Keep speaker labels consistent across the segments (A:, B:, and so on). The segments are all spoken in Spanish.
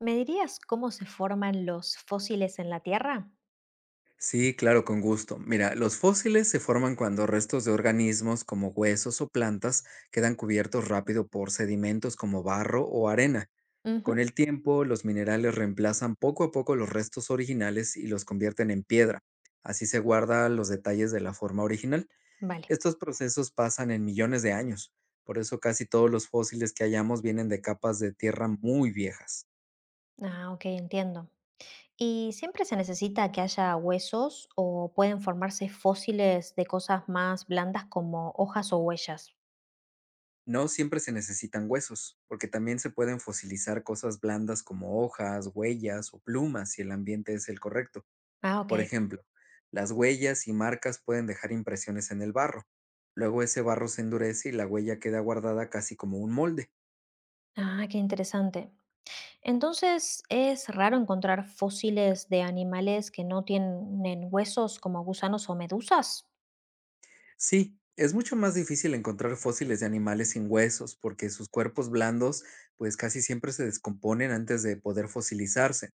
A: ¿Me dirías cómo se forman los fósiles en la Tierra?
B: Sí, claro, con gusto. Mira, los fósiles se forman cuando restos de organismos como huesos o plantas quedan cubiertos rápido por sedimentos como barro o arena. Con
A: Ujú.
B: el tiempo, los minerales reemplazan poco a poco los restos originales y los convierten en piedra. Así se guardan los detalles de la forma original.
A: Vale.
B: Estos procesos pasan en millones de años. Por eso casi todos los fósiles que hallamos vienen de capas de tierra muy viejas.
A: Ah, ok, entiendo. ¿Y siempre se necesita que haya huesos o pueden formarse fósiles de cosas más blandas como hojas o huellas?
B: No siempre se necesitan huesos, porque también se pueden fosilizar cosas blandas como hojas, huellas o plumas si el ambiente es el correcto.
A: Ah, ok.
B: Por ejemplo, las huellas y marcas pueden dejar impresiones en el barro. Luego ese barro se endurece y la huella queda guardada casi como un molde.
A: Ah, qué interesante. Entonces, ¿es raro encontrar fósiles de animales que no tienen huesos como gusanos o medusas?
B: Sí, es mucho más difícil encontrar fósiles de animales sin huesos, porque sus cuerpos blandos pues casi siempre se descomponen antes de poder fosilizarse.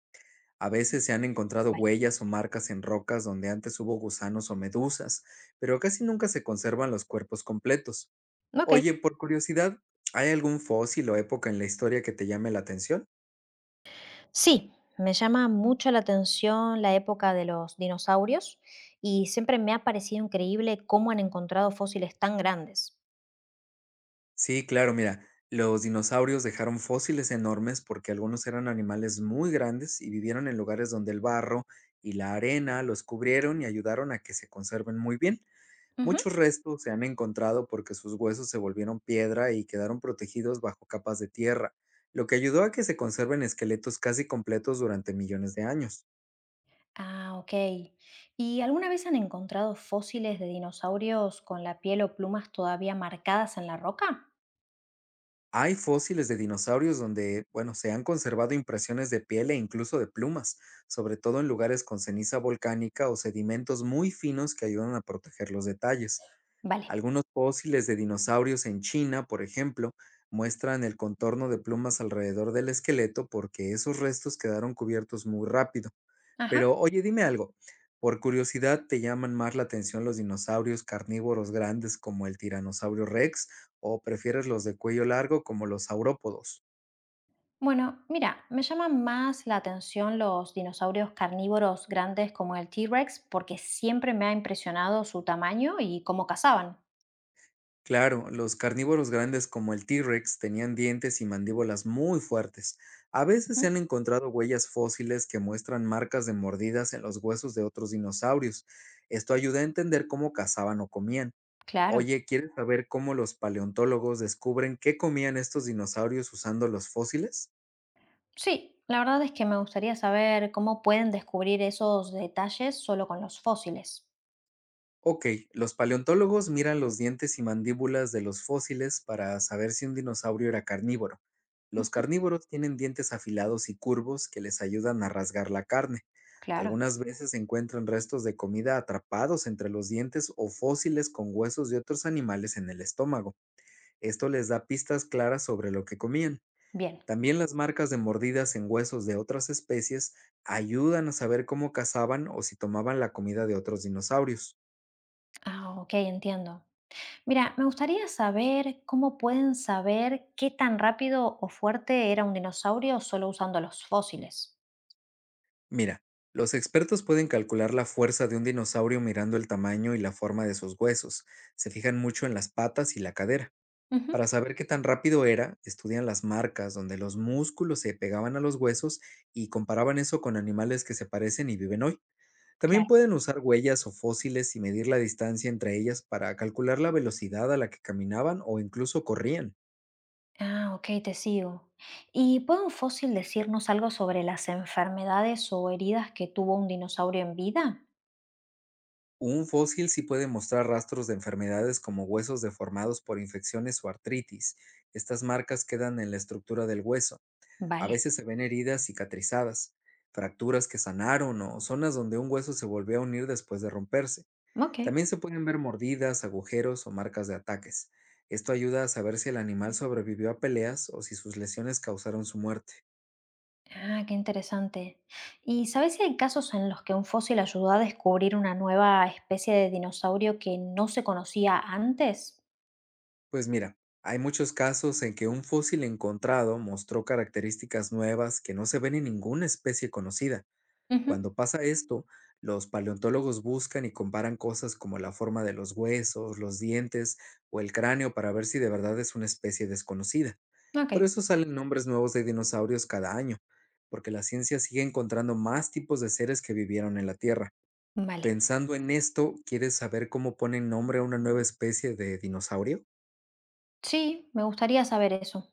B: A veces se han encontrado
A: Vale.
B: huellas o marcas en rocas donde antes hubo gusanos o medusas, pero casi nunca se conservan los cuerpos completos.
A: Ok.
B: Oye, por curiosidad, ¿hay algún fósil o época en la historia que te llame la atención?
A: Sí, me llama mucho la atención la época de los dinosaurios y siempre me ha parecido increíble cómo han encontrado fósiles tan grandes.
B: Sí, claro, mira, los dinosaurios dejaron fósiles enormes porque algunos eran animales muy grandes y vivieron en lugares donde el barro y la arena los cubrieron y ayudaron a que se conserven muy bien.
A: Ujú.
B: Muchos restos se han encontrado porque sus huesos se volvieron piedra y quedaron protegidos bajo capas de tierra, lo que ayudó a que se conserven esqueletos casi completos durante millones de años.
A: Ah, ok. ¿Y alguna vez han encontrado fósiles de dinosaurios con la piel o plumas todavía marcadas en la roca?
B: Hay fósiles de dinosaurios donde, bueno, se han conservado impresiones de piel e incluso de plumas, sobre todo en lugares con ceniza volcánica o sedimentos muy finos que ayudan a proteger los detalles.
A: Vale.
B: Algunos fósiles de dinosaurios en China, por ejemplo, muestran el contorno de plumas alrededor del esqueleto porque esos restos quedaron cubiertos muy rápido.
A: Ajá.
B: Pero oye, dime algo, por curiosidad, ¿te llaman más la atención los dinosaurios carnívoros grandes como el tiranosaurio Rex, o prefieres los de cuello largo como los saurópodos?
A: Bueno, mira, me llaman más la atención los dinosaurios carnívoros grandes como el T-Rex porque siempre me ha impresionado su tamaño y cómo cazaban.
B: Claro, los carnívoros grandes como el T-Rex tenían dientes y mandíbulas muy fuertes. A veces se
A: Ujú.
B: han encontrado huellas fósiles que muestran marcas de mordidas en los huesos de otros dinosaurios. Esto ayuda a entender cómo cazaban o comían.
A: Claro.
B: Oye, ¿quieres saber cómo los paleontólogos descubren qué comían estos dinosaurios usando los fósiles?
A: Sí, la verdad es que me gustaría saber cómo pueden descubrir esos detalles solo con los fósiles.
B: Ok, los paleontólogos miran los dientes y mandíbulas de los fósiles para saber si un dinosaurio era carnívoro. Los
A: Ujú.
B: carnívoros tienen dientes afilados y curvos que les ayudan a rasgar la carne.
A: Claro,
B: Algunas veces encuentran restos de comida atrapados entre los dientes o fósiles con huesos de otros animales en el estómago. Esto les da pistas claras sobre lo que comían.
A: bien.
B: También las marcas de mordidas en huesos de otras especies ayudan a saber cómo cazaban o si tomaban la comida de otros dinosaurios.
A: Ah, ok, entiendo. Mira, me gustaría saber cómo pueden saber qué tan rápido o fuerte era un dinosaurio solo usando los fósiles.
B: Mira, los expertos pueden calcular la fuerza de un dinosaurio mirando el tamaño y la forma de sus huesos. Se fijan mucho en las patas y la cadera.
A: Ujú.
B: Para saber qué tan rápido era, estudian las marcas donde los músculos se pegaban a los huesos y comparaban eso con animales que se parecen y viven hoy. También
A: Claro.
B: pueden usar huellas o fósiles y medir la distancia entre ellas para calcular la velocidad a la que caminaban o incluso corrían.
A: Ah, ok, te sigo. ¿Y puede un fósil decirnos algo sobre las enfermedades o heridas que tuvo un dinosaurio en vida?
B: Un fósil sí puede mostrar rastros de enfermedades, como huesos deformados por infecciones o artritis. Estas marcas quedan en la estructura del hueso. A
A: Vale,
B: veces se ven heridas cicatrizadas, fracturas que sanaron o zonas donde un hueso se volvió a unir después de romperse.
A: ok.
B: También se pueden ver mordidas, agujeros o marcas de ataques. Esto ayuda a saber si el animal sobrevivió a peleas o si sus lesiones causaron su muerte.
A: Ah, qué interesante. ¿Y sabes si hay casos en los que un fósil ayudó a descubrir una nueva especie de dinosaurio que no se conocía antes?
B: Pues mira, hay muchos casos en que un fósil encontrado mostró características nuevas que no se ven en ninguna especie conocida.
A: Ujú.
B: Cuando pasa esto, los paleontólogos buscan y comparan cosas como la forma de los huesos, los dientes o el cráneo, para ver si de verdad es una especie desconocida.
A: Ok.
B: Por eso salen nombres nuevos de dinosaurios cada año, porque la ciencia sigue encontrando más tipos de seres que vivieron en la Tierra.
A: Vale.
B: Pensando en esto, ¿quieres saber cómo ponen nombre a una nueva especie de dinosaurio?
A: Sí, me gustaría saber eso.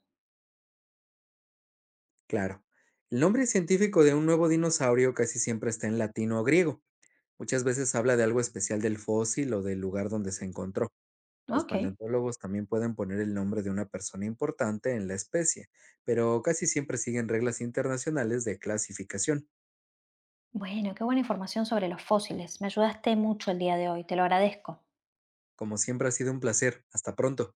B: Claro. El nombre científico de un nuevo dinosaurio casi siempre está en latino o griego. Muchas veces habla de algo especial del fósil o del lugar donde se encontró. Los
A: Ok.
B: paleontólogos también pueden poner el nombre de una persona importante en la especie, pero casi siempre siguen reglas internacionales de clasificación.
A: Bueno, qué buena información sobre los fósiles. Me ayudaste mucho el día de hoy, te lo agradezco.
B: Como siempre, ha sido un placer. Hasta pronto.